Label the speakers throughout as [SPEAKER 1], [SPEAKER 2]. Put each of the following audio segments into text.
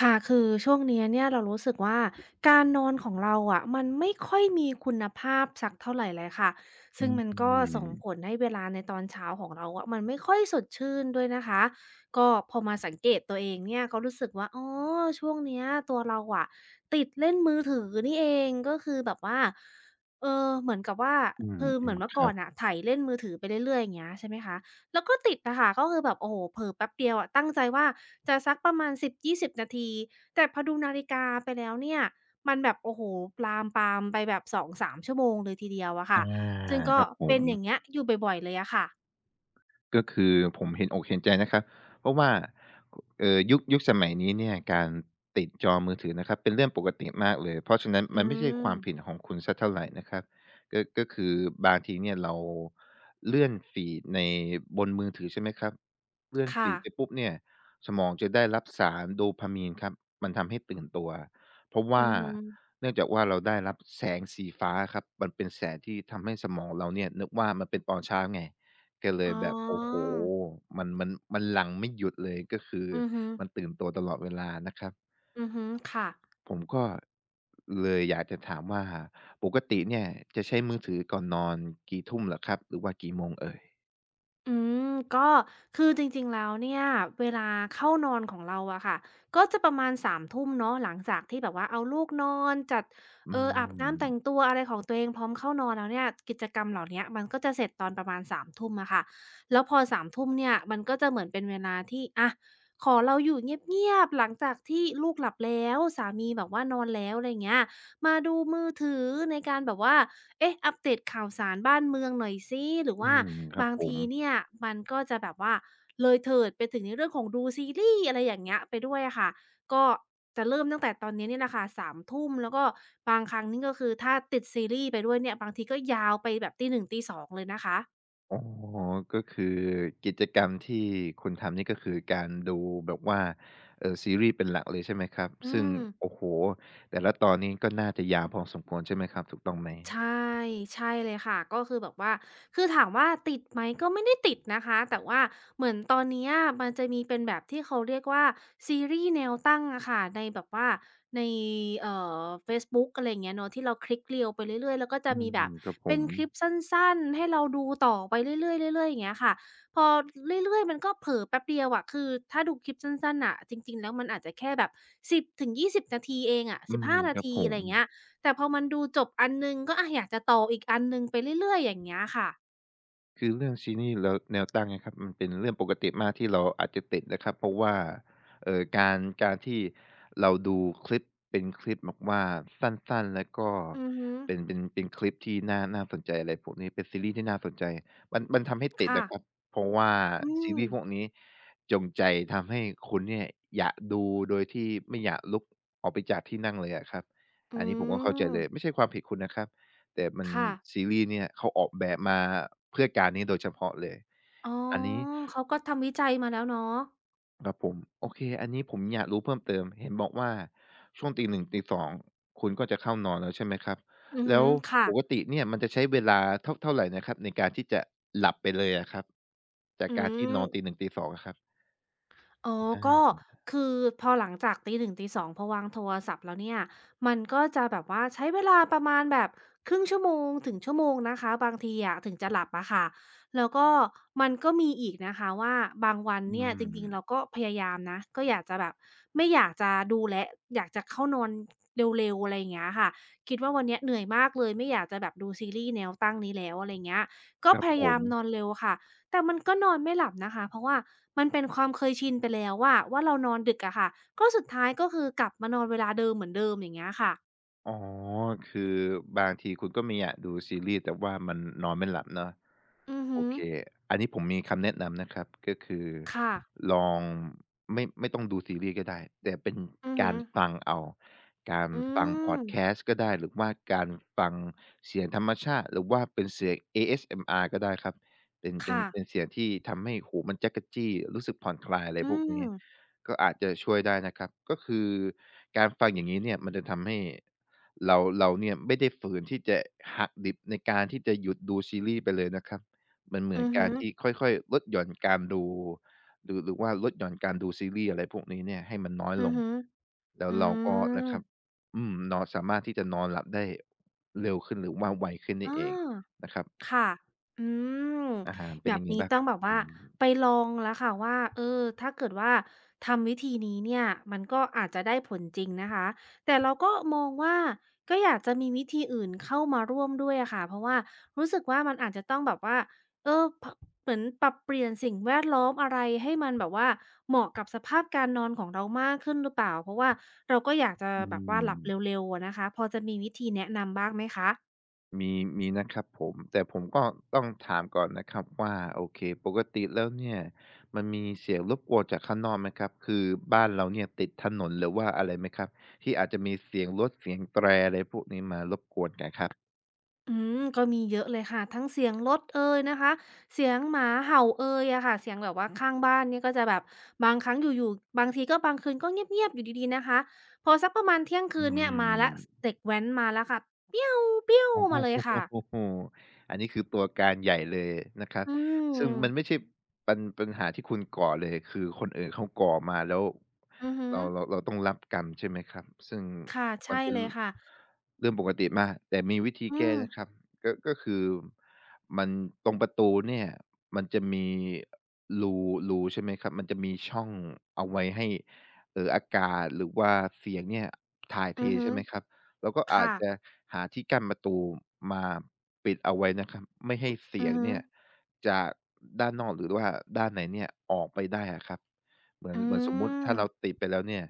[SPEAKER 1] ค่ะคือช่วงเนี้ยเนี่ยเรารู้สึกว่าการนอนของเราอะมันไม่ค่อยมีคุณภาพสักเท่าไรเลยค่ะ
[SPEAKER 2] อื
[SPEAKER 1] ซึ่ง
[SPEAKER 2] ม
[SPEAKER 1] มัน
[SPEAKER 2] อื
[SPEAKER 1] ก็ส่งผล
[SPEAKER 2] ม
[SPEAKER 1] ให้เวลาในตอนเช้าของเราอะมันไม่ค่อยสดชื่นด้วยนะคะก็พอมาสังเกตตัวเองเนี่ยก็รู้สึกว่าอ๋อช่วงเนี้ยตัวเราอะติดเล่นมือถือนี่เองก็คือแบบว่าเหมือนกับว่าคือเหมือนเมื่อ
[SPEAKER 2] ค
[SPEAKER 1] ก่อ
[SPEAKER 2] รั
[SPEAKER 1] น
[SPEAKER 2] บ
[SPEAKER 1] น่ะไถเล่นมือถือไปเรื่อยๆอย่างเงี้ยใช่ไหมคะ แล้วก็ติดอะค่ะก็คือแบบโอ้โฮเผลอแป๊บเดียวอะตั้งใจว่าจะสักประมาณ10-20นาทีแต่พอดูนาฬิกาไปแล้วเนี่ยมันแบบโอ้โฮลามปรามๆไปแบบ2-3ชั่วโมงเลยทีเดียวอะ
[SPEAKER 2] อา
[SPEAKER 1] ค่ะซึ่งก็
[SPEAKER 2] ครับผ
[SPEAKER 1] เป็
[SPEAKER 2] ม
[SPEAKER 1] นอย่างเงี้ยอยู่บ่อยๆเลยอะค่ะ
[SPEAKER 2] ก็คือผมเห็นอกเห็นใจนะครับ เพราะว่ายุคสมัยนี้เนี่ยการติดจอมือถือนะครับเป็นเรื่องปกติมากเลย เพราะฉะนั้น
[SPEAKER 1] อื
[SPEAKER 2] มันไม่ใช่ความผิด
[SPEAKER 1] ม
[SPEAKER 2] ของคุณสักเท่าไรนะครับก็คือบางทีเนี่ยเราเลื่อนฟีดบนมือถือใช่ไหมครับเลื่อน
[SPEAKER 1] ค่ะ
[SPEAKER 2] ฟีดไปปุ๊บเนี่ยสมองจะได้รับสารโดพามีนครับมันทำให้ตื่นตัวเพราะ
[SPEAKER 1] อื
[SPEAKER 2] ว่า
[SPEAKER 1] อฮึ
[SPEAKER 2] เนื่องจากว่าเราได้รับแสงสีฟ้าครับมันเป็นแสงที่ทำให้สมองเราเนี่ยนึกว่ามันเป็นตอนเช้าไง ก็เล
[SPEAKER 1] อ๋
[SPEAKER 2] ยแบบโอ้โฮ
[SPEAKER 1] อ
[SPEAKER 2] มันหลั่งไม่หยุดเลยก็คือ
[SPEAKER 1] อือฮึ
[SPEAKER 2] มันตื่นตัวตลอดเวลานะครับ
[SPEAKER 1] อือฮึค่ะ
[SPEAKER 2] ผมก็เลยอยากจะถามว่าปกติเนี่ยจะใช้มือถือก่อนนอนกี่ทุ่มเหรอครับหรือว่ากี่โมงเอ่ย
[SPEAKER 1] อืมก็คือจริงๆแล้วเนี่ยเวลาเข้านอนของเราอะค่ะก็จะประมาณ3ทุ่มเนาะหลังจากที่แบบว่าเอาลูกนอนจัด
[SPEAKER 2] อื
[SPEAKER 1] อาบ
[SPEAKER 2] ม
[SPEAKER 1] น้ำแต่งตัวอะไรของตัวเองพร้อมเข้านอนแล้วเนี่ยกิจกรรมเหล่าเนี้ยมันก็จะเสร็จตอนประมาณสามทุ่มอะค่ะแล้วพอสามทุ่มเนี่ยมันก็จะเหมือนเป็นเวลาที่อะขอเราอยู่เงียบๆหลังจากที่ลูกหลับแล้วสามีแบบว่านอนแล้วอะไรอย่างเงี้ย มาดูมือถือในการแบบว่าเอ๊ะอัปเดตข่าวสารบ้านเมืองหน่อยสิหรือ
[SPEAKER 2] อื
[SPEAKER 1] ว่า
[SPEAKER 2] มครับ
[SPEAKER 1] บาง
[SPEAKER 2] ผม
[SPEAKER 1] ทีเนี่ยมันก็จะแบบว่าเลยเถิดไปถึงในเรื่องของดูซีรีส์อะไรอย่างเงี้ยไปด้วยอะค่ะ ก็จะเริ่มตั้งแต่ตอนนี้เนี่ยแหละค่ะ3ทุ่ม แล้วก็บางครั้งนี่ก็คือถ้าติดซีรีส์ไปด้วยเนี่ยบางทีก็ยาวไปแบบตีหนึ่งตีสองเลยนะคะ
[SPEAKER 2] อ๋อก็คือกิจกรรมที่คุณทำนี่ก็คือการดูแบบว่าซีรีส์เป็นหลักเลยใช่ไหมครับ
[SPEAKER 1] อื
[SPEAKER 2] ซึ่ง
[SPEAKER 1] ม
[SPEAKER 2] โอ้โฮแต่ละตอนนี้ก็น่าจะยาวพอสมควรใช่ไหมครับถูกต้องไหม
[SPEAKER 1] ใช่ใช่เลยค่ะก็คือแบบว่าคือถามว่าติดไหมก็ไม่ได้ติดนะคะแต่ว่าเหมือนตอนเนี้ยมันจะมีเป็นแบบที่เขาเรียกว่าซีรีส์แนวตั้งอะค่ะในแบบว่าในเอ่เฟซบุ๊กอะไรอย่างเงี้ยเนาะที่เราคลิก reel ไปเรื่อยๆแล้วก็จะ
[SPEAKER 2] อื
[SPEAKER 1] มีแบบ
[SPEAKER 2] มครับผ
[SPEAKER 1] เป็น
[SPEAKER 2] ม
[SPEAKER 1] คลิปสั้นๆให้เราดูต่อไปเรื่อยๆเรื่อยๆอย่างเงี้ยค่ะพอเรื่อยๆมันก็เผลอแป๊บเดียวอะคือถ้าดูคลิปสั้นๆน่ะจริงๆแล้วมันอาจจะแค่แบบ1ส2 0นาทีเองอะ
[SPEAKER 2] อื
[SPEAKER 1] สิบ
[SPEAKER 2] ม
[SPEAKER 1] ห้านา
[SPEAKER 2] ครับ
[SPEAKER 1] ที
[SPEAKER 2] ผ
[SPEAKER 1] อะไร
[SPEAKER 2] ม
[SPEAKER 1] อย่างเงี้ย แต่พอมันดูจบอันหนึ่งก็อะอยากจะต่ออีกอันหนึ่งไปเรื่อยๆอย่างเงี้ยค่ะ
[SPEAKER 2] คือเรื่องซี้นี่แล้วแนวตั้งนะครับมันเป็นเรื่องปกติมากที่เราอาจจะติดนะครับเพราะว่าเอ่อการการที่เราดูคลิปเป็นคลิปแบบว่าสั้นๆแล้วก็
[SPEAKER 1] อือฮึ
[SPEAKER 2] เป็นคลิปที่น่าสนใจอะไรพวกนี้เป็นซีรีส์ที่น่าสนใจมันทำให้ติดอะครับ
[SPEAKER 1] ค่ะ
[SPEAKER 2] เพราะว่า
[SPEAKER 1] อื
[SPEAKER 2] ซี
[SPEAKER 1] ม
[SPEAKER 2] รีส์พวกนี้จงใจทำให้คุณเนี่ยอยากดูโดยที่ไม่อยากลุกออกไปจากที่นั่งเลยอะครับ
[SPEAKER 1] อื
[SPEAKER 2] อันนี้ผมก็เข้าใจ
[SPEAKER 1] ม
[SPEAKER 2] เลยไม่ใช่ความผิดคุณนะครับ แต่มัน
[SPEAKER 1] ค่ะ
[SPEAKER 2] ซีรีส์เนี่ยเขาออกแบบมาเพื่อการนี้โดยเฉพาะเลย
[SPEAKER 1] อ๋อ
[SPEAKER 2] อันนี้
[SPEAKER 1] เขาก็ทำวิจัยมาแล้วเนาะ
[SPEAKER 2] ครับผมโอเคอันนี้ผมอยากรู้เพิ่มเติมเห็นบอกว่าช่วงตี1ตี2คุณก็จะเข้านอนแล้วใช่ไหมครับ
[SPEAKER 1] อือ
[SPEAKER 2] แล้
[SPEAKER 1] ฮึ
[SPEAKER 2] ว
[SPEAKER 1] ค่ะ
[SPEAKER 2] ปกติเนี่ยมันจะใช้เวลาเท่าไรนะครับในการที่จะหลับไปเลยอะครับจาก
[SPEAKER 1] อื
[SPEAKER 2] การที่น
[SPEAKER 1] ม
[SPEAKER 2] อนตี1ตี2องอะครับ
[SPEAKER 1] อ๋อก็
[SPEAKER 2] อา
[SPEAKER 1] คือพอหลังจากตีหนึ่งตีสองพอวางโทรศัพท์แล้วเนี่ยมันก็จะแบบว่าใช้เวลาประมาณแบบครึ่งชั่วโมงถึงชั่วโมงนะคะบางทีอะถึงจะหลับอะค่ะแล้วก็มันก็มีอีกนะคะว่าบางวัน
[SPEAKER 2] อื
[SPEAKER 1] เนี่ยจริงๆเรา
[SPEAKER 2] ม
[SPEAKER 1] ก็พยายามนะก็อยากจะแบบไม่อยากจะดูแลอยากจะเข้านอนเร็วๆอะไรอย่างเงี้ยค่ะคิดว่าวันเนี้ยเหนื่อยมากเลยไม่อยากจะแบบดูซีรีส์แนวตั้งนี้แล้วอะไรเงี้ยก็
[SPEAKER 2] ครั
[SPEAKER 1] พ
[SPEAKER 2] บผ
[SPEAKER 1] ยายา
[SPEAKER 2] ม
[SPEAKER 1] มนอนเร็วค่ะ แต่มันก็นอนไม่หลับนะคะเพราะว่ามันเป็นความเคยชินไปแล้วว่าเรานอนดึกอะค่ะก็สุดท้ายก็คือกลับมานอนเวลาเดิมเหมือนเดิมอย่างเงี้ยค่ะ
[SPEAKER 2] อ๋อคือบางทีคุณก็มีอยากดูซีรีส์แต่ว่ามันนอนไม่หลับเนาะ
[SPEAKER 1] อือ
[SPEAKER 2] โอ
[SPEAKER 1] ฮึ
[SPEAKER 2] เค อันนี้ผมมีคำแนะนำนะครับก็คือ
[SPEAKER 1] ค่ะ
[SPEAKER 2] ลองไม่ต้องดูซีรีส์ก็ได้แต่เป็น
[SPEAKER 1] อือฮึ
[SPEAKER 2] การฟังเอาการ
[SPEAKER 1] อื
[SPEAKER 2] ฟังพอ
[SPEAKER 1] ม
[SPEAKER 2] ดแคสต์ก็ได้หรือว่าการฟังเสียงธรรมชาติหรือว่าเป็นเสียง ASMR ก็ได้ครับเป็นเป็น
[SPEAKER 1] ค่ะ
[SPEAKER 2] เป็นเสียงที่ทำให้หูมันจ๊ะกะจี้รู้สึกผ่อนคลายอะไร
[SPEAKER 1] อื
[SPEAKER 2] พวก
[SPEAKER 1] ม
[SPEAKER 2] นี้ก็อาจจะช่วยได้นะครับก็คือการฟังอย่างงี้เนี่ยมันจะทำให้ เราเนี่ยไม่ได้ฝืนที่จะหักดิบในการที่จะหยุดดูซีรีส์ไปเลยนะครับมันเหมื
[SPEAKER 1] อื
[SPEAKER 2] อน
[SPEAKER 1] อฮึ
[SPEAKER 2] การที่ค่อยๆลดหย่อนการดูหรือว่าลดหย่อนการดูซีรีส์อะไรพวกนี้เนี่ยให้มันน้อย
[SPEAKER 1] อื
[SPEAKER 2] ล
[SPEAKER 1] อ
[SPEAKER 2] ง
[SPEAKER 1] ฮึ
[SPEAKER 2] แล้ว
[SPEAKER 1] อื
[SPEAKER 2] เราก็นะ
[SPEAKER 1] ม
[SPEAKER 2] ครับอืมนอนสามารถที่จะนอนหลับได้เร็วขึ้นหรือว่าไวขึ้น
[SPEAKER 1] อา
[SPEAKER 2] นี่เองนะครับ
[SPEAKER 1] ค่ะอืม
[SPEAKER 2] อาหารเป็
[SPEAKER 1] แบ
[SPEAKER 2] น
[SPEAKER 1] บ
[SPEAKER 2] ยังไง
[SPEAKER 1] นี้
[SPEAKER 2] บ้าง
[SPEAKER 1] ต้
[SPEAKER 2] ค
[SPEAKER 1] อง
[SPEAKER 2] รับ
[SPEAKER 1] แบบ
[SPEAKER 2] อื
[SPEAKER 1] ว่า
[SPEAKER 2] ม
[SPEAKER 1] ไปลองแล้วค่ะว่าถ้าเกิดว่าทำวิธีนี้เนี่ยมันก็อาจจะได้ผลจริงนะคะแต่เราก็มองว่าก็อยากจะมีวิธีอื่นเข้ามาร่วมด้วยอะค่ะเพราะว่ารู้สึกว่ามันอาจจะต้องแบบว่าเออพเหมือนปรับเปลี่ยนสิ่งแวดล้อมอะไรให้มันแบบว่าเหมาะกับสภาพการนอนของเรามากขึ้นหรือเปล่าเพราะว่าเราก็อยากจะ
[SPEAKER 2] อื
[SPEAKER 1] แบบว่าหลับเ
[SPEAKER 2] ม
[SPEAKER 1] ร็วๆอะนะคะพอจะมีวิธีแนะนำบ้างไหมคะ
[SPEAKER 2] มีมีนะครับผมแต่ผมก็ต้องถามก่อนนะครับว่าโอเคปกติแล้วเนี่ยมันมีเสียงรบกวนจากข้างนอกไหมครับคือบ้านเราเนี่ยติดถนนหรือว่าอะไรไหมครับที่อาจจะมีเสียงรถเสียงแตรอะไรพวกนี้มารบกวนกันครับ
[SPEAKER 1] อืมก็มีเยอะเลยค่ะทั้งเสียงรถเอยนะคะเสียงหมาเห่าเอยอะค่ะเสียงแบบว่าข้างบ้านเนี่ยก็จะแบบบางครั้งอยู่ๆบางทีก็บางคืนก็เงียบๆอยู่ดีๆนะคะพอสักประมาณเที่ยง
[SPEAKER 2] อื
[SPEAKER 1] คืนเนี่ยมาแล้ว
[SPEAKER 2] ม
[SPEAKER 1] เด็กแว้นมาแล้วค่ะเปี้ยวเปี้ย ว
[SPEAKER 2] โอ้
[SPEAKER 1] มาเลยค่ะ
[SPEAKER 2] โฮอันนี้คือตัวการใหญ่เลยนะครับ
[SPEAKER 1] อืม
[SPEAKER 2] ซึ่งมันไม่ใช่ปัญหาที่คุณก่อเลย คือคนอื่นเขาก่อมาแล้ว
[SPEAKER 1] อือหือ
[SPEAKER 2] เราต้องรับกรรมใช่ไหมครับ ซึ่ง
[SPEAKER 1] ค่ะ
[SPEAKER 2] มัน
[SPEAKER 1] ใช่
[SPEAKER 2] เป็น
[SPEAKER 1] เลยค่ะ
[SPEAKER 2] เรื่องปกติมากแต่มีวิธี
[SPEAKER 1] อื
[SPEAKER 2] แก้
[SPEAKER 1] ม
[SPEAKER 2] นะครับก็คือมันตรงประตูเนี่ยมันจะมีรูรูใช่ไหมครับ มันจะมีช่องเอาไว้ให้อากาศหรือว่าเสียงเนี่ยถ่ายเท
[SPEAKER 1] อือหื
[SPEAKER 2] ใช่
[SPEAKER 1] อ
[SPEAKER 2] ไหมครับ เราก็อาจ
[SPEAKER 1] ค่ะ
[SPEAKER 2] จะหาที่กั้นประตูมาปิดเอาไว้นะครับไม่ให้เสี
[SPEAKER 1] อื
[SPEAKER 2] ย
[SPEAKER 1] อ
[SPEAKER 2] ง
[SPEAKER 1] หื
[SPEAKER 2] เนี่ยจากด้านนอกหรือว่าด้านในเนี่ยออกไปได้อะครับเหมือ
[SPEAKER 1] อ
[SPEAKER 2] น
[SPEAKER 1] อื
[SPEAKER 2] เหมือนสมมุติ
[SPEAKER 1] ม
[SPEAKER 2] ถ้าเราติดไปแล้วเนี่ย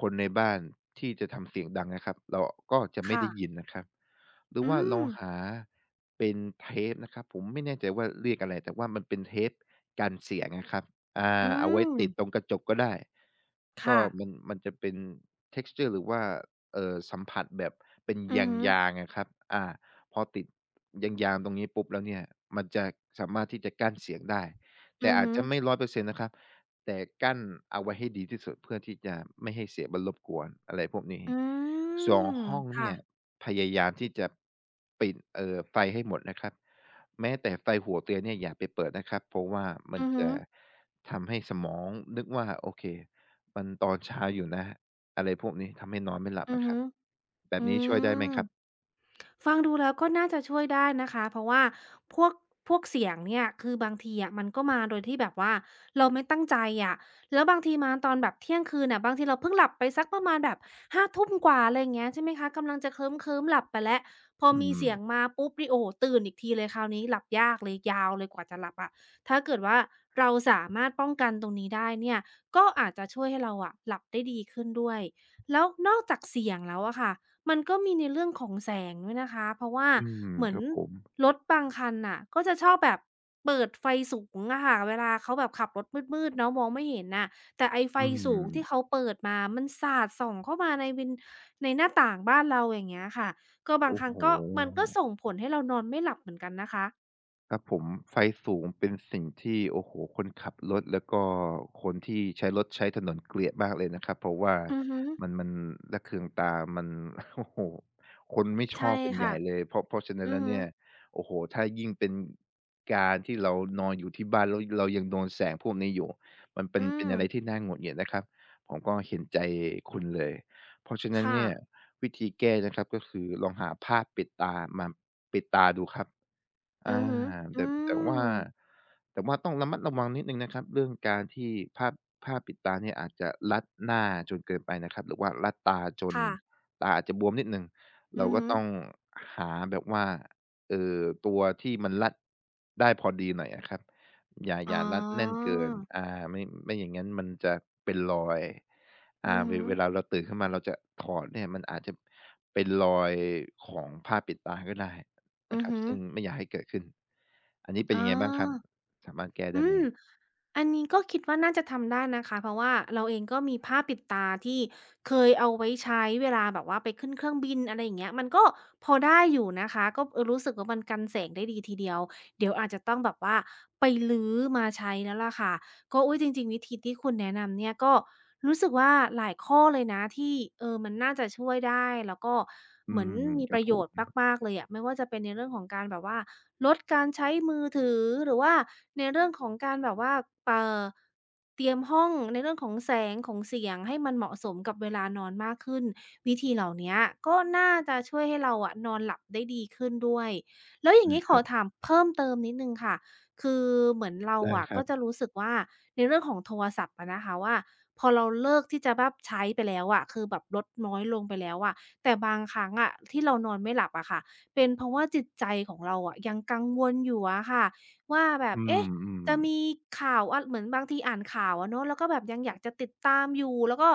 [SPEAKER 2] คนในบ้านที่จะทำเสียงดังนะครับเราก็จะไม่
[SPEAKER 1] ค่ะ
[SPEAKER 2] ได้ยินนะครับหรือ
[SPEAKER 1] อื
[SPEAKER 2] ว่าลอ
[SPEAKER 1] ม
[SPEAKER 2] งหาเป็นเทปนะครับผมไม่แน่ใจว่าเรียกอะไรแต่ว่ามันเป็นเทปกันเสียงนะครับอา
[SPEAKER 1] อื
[SPEAKER 2] เอาไว้
[SPEAKER 1] ม
[SPEAKER 2] ติดตรงกระจกก็ได้ก็
[SPEAKER 1] ค่ะ
[SPEAKER 2] มันจะเป็น texture หรือว่า สัมผัสแบบเป็น
[SPEAKER 1] อือ
[SPEAKER 2] ยา
[SPEAKER 1] หื
[SPEAKER 2] งๆอะครับอ่าพอติดยางๆตรงนี้ปุ๊บแล้วเนี่ยมันจะสามารถที่จะกั้นเสียงได้
[SPEAKER 1] อ
[SPEAKER 2] แต่
[SPEAKER 1] อือ
[SPEAKER 2] อาจ
[SPEAKER 1] หือ
[SPEAKER 2] จะไม่ร้อยเปอร์เซ็นต์นะครับแต่กั้นเอาไว้ให้ดีที่สุดเพื่อที่จะไม่ให้เสียงมันรบกวนอะไรพวกนี้
[SPEAKER 1] อื
[SPEAKER 2] ส
[SPEAKER 1] ม
[SPEAKER 2] องห้อง
[SPEAKER 1] ค่ะ
[SPEAKER 2] เนี่ยพยายามที่จะปิดไฟให้หมดนะครับแม้แต่ไฟหัวเตียงเนี่ยอย่าไปเปิดนะครับเพราะว่ามัน
[SPEAKER 1] อือฮ
[SPEAKER 2] จะ
[SPEAKER 1] อ
[SPEAKER 2] ทำให้สมองนึกว่าโอเคมันตอนเช้าอยู่นะ อะไรพวกนี้ทำให้นอนไม่หลับ
[SPEAKER 1] อือ
[SPEAKER 2] อะครั
[SPEAKER 1] ฮึ
[SPEAKER 2] บแบบ
[SPEAKER 1] อื
[SPEAKER 2] นี้ช่วยได้ไหม
[SPEAKER 1] ม
[SPEAKER 2] ครับ
[SPEAKER 1] ฟังดูแล้วก็น่าจะช่วยได้นะคะเพราะว่าพวกพวกเสียงเนี่ยคือบางทีอะมันก็มาโดยที่แบบว่าเราไม่ตั้งใจอะแล้วบางทีมาตอนแบบเที่ยงคืนน่ะบางทีเราเพิ่งหลับไปสักประมาณแบบห้าทุ่มกว่าอะไรอย่างเงี้ยใช่ไหมคะกำลังจะเคลิ้มๆหลับไปแล้วพอ
[SPEAKER 2] อื
[SPEAKER 1] มี
[SPEAKER 2] ม
[SPEAKER 1] เสียงมาปุ๊บนี่โอ้โฮตื่นอีกทีเลยคราวนี้หลับยากเลยยาวเลยกว่าจะหลับอะถ้าเกิดว่าเราสามารถป้องกันตรงนี้ได้เนี่ยก็อาจจะช่วยให้เราอะหลับได้ดีขึ้นด้วยแล้วนอกจากเสียงแล้วอะค่ะ มันก็มีในเรื่องของแสงด้วยนะคะเพราะว่า
[SPEAKER 2] อืม
[SPEAKER 1] เหมือ
[SPEAKER 2] ค
[SPEAKER 1] น
[SPEAKER 2] รับผม
[SPEAKER 1] รถบางคันน่ะก็จะชอบแบบเปิดไฟสูงอะค่ะเวลาเขาแบบขับรถมืดๆเนาะมองไม่เห็นน่ะแต่ไอ้ไฟ
[SPEAKER 2] อื
[SPEAKER 1] สูงที่เขา
[SPEAKER 2] ม
[SPEAKER 1] เปิดมามันสาดส่องเข้ามาในวินในหน้าต่างบ้านเราอย่างเงี้ยค่ะก็บาง
[SPEAKER 2] โอ้
[SPEAKER 1] ครั้ง
[SPEAKER 2] โฮ
[SPEAKER 1] ก็มันก็ส่งผลให้เรานอนไม่หลับเหมือนกันนะคะ
[SPEAKER 2] ครับผมไฟสูงเป็นสิ่งที่โอ้โฮคนขับรถแล้วก็คนที่ใช้รถใช้ถนนเกลียดมากเลยนะครับเพราะว่า
[SPEAKER 1] อือฮึ
[SPEAKER 2] มันระเคืองตามัน โอ้โฮคนไม่ชอ
[SPEAKER 1] ใช่
[SPEAKER 2] บเป็นให
[SPEAKER 1] ค่ะ
[SPEAKER 2] ญ่เลยเพราะฉะนั้น
[SPEAKER 1] อือ
[SPEAKER 2] แล้ว
[SPEAKER 1] ฮึ
[SPEAKER 2] เนี่ยโอ้โฮถ้ายิ่งเป็นการที่เรานอนอยู่ที่บ้านแล้วเรายังโดนแสงพวกนี้อยู่มันเป็น
[SPEAKER 1] อื
[SPEAKER 2] เป็น
[SPEAKER 1] ม
[SPEAKER 2] อะไรที่น่าหงุดหงิดนะครับผมก็เห็นใจคุณเลยเพราะฉะนั้น
[SPEAKER 1] ค่ะ
[SPEAKER 2] เนี่ยวิธีแก้นะครับก็คือลองหาผ้าปิดตามาปิดตาดูครับ
[SPEAKER 1] อื
[SPEAKER 2] อา
[SPEAKER 1] อฮึอื
[SPEAKER 2] แต่ว่า
[SPEAKER 1] ม
[SPEAKER 2] แต่ว่าต้องระมัดระวังนิดหนึ่งนะครับเรื่องการที่ผ้าผ้าปิดตาเนี่ยอาจจะรัดหน้าจนเกินไปนะครับหรือว่ารัดตาจน
[SPEAKER 1] ค่ะ
[SPEAKER 2] ตาอาจจะบวมนิดหนึ่งเรา
[SPEAKER 1] อือ
[SPEAKER 2] ก็
[SPEAKER 1] ฮึ
[SPEAKER 2] ต้องหาแบบว่าเอ่อตัวที่มันรัดได้พอดีหน่อยอะครับอย่า
[SPEAKER 1] อ๋
[SPEAKER 2] อย่ารัดแน่น
[SPEAKER 1] อ
[SPEAKER 2] เกินไม่อย่างงั้นมันจะเป็นรอย
[SPEAKER 1] อือฮึ
[SPEAKER 2] เวลาเราตื่นขึ้นมาเราจะถอดเนี่ยมันอาจจะเป็นรอยของผ้าปิดตาก็ได้ นะ
[SPEAKER 1] อือ
[SPEAKER 2] ครับ
[SPEAKER 1] ฮึ
[SPEAKER 2] ซึ่งไม่อยากให้เกิดขึ้นอันนี้เป็
[SPEAKER 1] อ๋
[SPEAKER 2] น
[SPEAKER 1] อ
[SPEAKER 2] ยังไงบ้างครับสามารถแก้
[SPEAKER 1] อื
[SPEAKER 2] ได้ไหม
[SPEAKER 1] มอันนี้ก็คิดว่าน่าจะทำได้นะคะเพราะว่าเราเองก็มีผ้าปิดตาที่เคยเอาไว้ใช้เวลาแบบว่าไปขึ้นเครื่องบินอะไรอย่างเงี้ยมันก็พอได้อยู่นะคะก็เออรู้สึกว่ามันกันแสงได้ดีทีเดียวเดี๋ยวอาจจะต้องแบบว่าไปรื้อมาใช้แล้วล่ะค่ะ ก็อุ๊ยจริงๆวิธีที่คุณแนะนำเนี่ยก็รู้สึกว่าหลายข้อเลยนะที่เออมันน่าจะช่วยได้แล้วก็
[SPEAKER 2] อื
[SPEAKER 1] เหมือน
[SPEAKER 2] ม
[SPEAKER 1] มี
[SPEAKER 2] ค
[SPEAKER 1] ป
[SPEAKER 2] รับ
[SPEAKER 1] ระ
[SPEAKER 2] ผ
[SPEAKER 1] โยช
[SPEAKER 2] ม
[SPEAKER 1] น์มากๆเลยอะไม่ว่าจะเป็นในเรื่องของการแบบว่าลดการใช้มือถือหรือว่าในเรื่องของการแบบว่าเอ่อเตรียมห้องในเรื่องของแสงของเสียงให้มันเหมาะสมกับเวลานอนมากขึ้นวิธีเหล่าเนี้ยก็น่าจะช่วยให้เราอะนอนหลับได้ดีขึ้นด้วยแล้วอย่า
[SPEAKER 2] ใช่
[SPEAKER 1] งงี้
[SPEAKER 2] ค
[SPEAKER 1] ขอ
[SPEAKER 2] รับ
[SPEAKER 1] ถามเพิ่มเติมนิดหนึ่งค่ะ คือเหมือนเรา
[SPEAKER 2] ได้
[SPEAKER 1] อะ
[SPEAKER 2] ค
[SPEAKER 1] ก็
[SPEAKER 2] รับ
[SPEAKER 1] จะรู้สึกว่าในเรื่องของโทรศัพท์อะนะคะว่าพอเราเลิกที่จะแบบใช้ไปแล้วอะคือแบบลดน้อยลงไปแล้วอะแต่บางครั้งอะที่เรานอนไม่หลับอะค่ะเป็นเพราะว่าจิตใจของเราอะยังกังวลอยู่อะค่ะว่าแบบ
[SPEAKER 2] อื
[SPEAKER 1] เอ๊ะ
[SPEAKER 2] ม
[SPEAKER 1] จะมี
[SPEAKER 2] ๆ
[SPEAKER 1] ข่าวอะเหมือนบางทีอ่านข่าวอะเนาะแล้วก็แบบยังอยากจะติดตามอยู่แล้วก็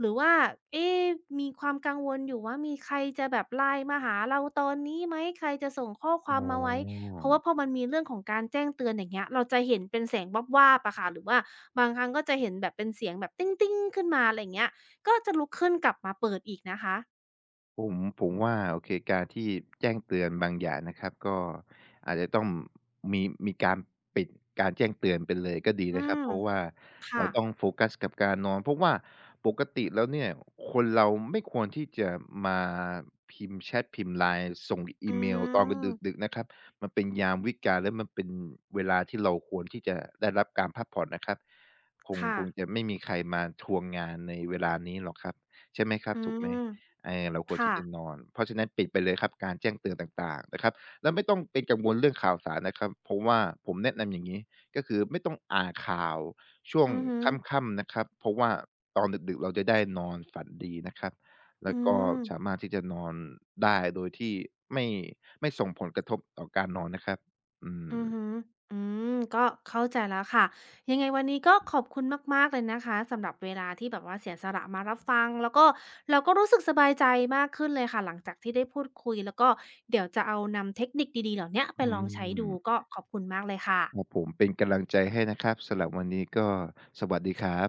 [SPEAKER 1] หรือว่าเอ๊ะมีความกังวลอยู่ว่ามีใครจะแบบ LINE มาหาเราตอนนี้ไหมใครจะส่งข้อความ
[SPEAKER 2] อ๋อ
[SPEAKER 1] มาไหม เพราะว่าพอมันมีเรื่องของการแจ้งเตือนอย่างเงี้ยเราจะเห็นเป็นแสงวาบๆอะค่ะหรือว่าบางครั้งก็จะเห็นแบบเป็นเสียงแบบติ๊งๆขึ้นมาอะไรอย่างเงี้ยก็จะลุกขึ้นกลับมาเปิดอีกนะคะ
[SPEAKER 2] ผมผมว่าโอเคการที่แจ้งเตือนบางอย่างนะครับก็อาจจะต้องมีการปิดการแจ้งเตือนไปเลยก็ดี
[SPEAKER 1] อื
[SPEAKER 2] นะครับ
[SPEAKER 1] ม
[SPEAKER 2] เพราะว่าเรา
[SPEAKER 1] ค่ะ
[SPEAKER 2] ต้องโฟกัสกับการนอนเพราะว่าปกติแล้วเนี่ยคนเราไม่ควรที่จะมาพิมพ์แชตพิมพ์ LINE ส่งอี
[SPEAKER 1] อื
[SPEAKER 2] เมลตอน
[SPEAKER 1] ม
[SPEAKER 2] ดึกๆนะครับมันเป็นยามวิกาลและมันเป็นเวลาที่เราควรที่จะได้รับการพักผ่อนนะครับคง
[SPEAKER 1] ค่ะ
[SPEAKER 2] คงจะไม่มีใครมาทวงงานในเวลานี้หรอกครับใช่ไหมครั
[SPEAKER 1] อื
[SPEAKER 2] บถูกไหม
[SPEAKER 1] ม
[SPEAKER 2] เออเราควร
[SPEAKER 1] ค่ะ
[SPEAKER 2] ที่จะนอน เพราะฉะนั้นปิดไปเลยครับการแจ้งเตือนต่างๆนะครับแล้วไม่ต้องเป็นกังวลเรื่องข่าวสารนะครับเพราะว่าผมแนะนำอย่างงี้ก็คือไม่ต้องอ่านข่าวช่วง
[SPEAKER 1] อือฮึ
[SPEAKER 2] ค่ำๆนะครับเพราะว่าตอนดึกๆเราจะได้นอนฝันดีนะครับ
[SPEAKER 1] อื
[SPEAKER 2] แล้วก็
[SPEAKER 1] ม
[SPEAKER 2] สามารถที่จะนอนได้โดยที่ไม่ไม่ส่งผลกระทบต่อการนอนนะครับอืม
[SPEAKER 1] อือฮึออืมก็เข้าใจแล้วค่ะ ยังไงวันนี้ก็ขอบคุณมากๆเลยนะคะสำหรับเวลาที่แบบว่าเสียสละมารับฟังแล้วก็เราก็รู้สึกสบายใจมากขึ้นเลยค่ะหลังจากที่ได้พูดคุยแล้วก็เดี๋ยวจะเอานำเทคนิคดีๆเหล่าเนี้ยไป
[SPEAKER 2] อื
[SPEAKER 1] ลองใช้
[SPEAKER 2] ม
[SPEAKER 1] ดูก็ขอบคุณมากเลย
[SPEAKER 2] ครับ
[SPEAKER 1] ค่ะ
[SPEAKER 2] ผมเป็นกำลังใจให้นะครับสำหรับวันนี้ก็สวัสดีครับ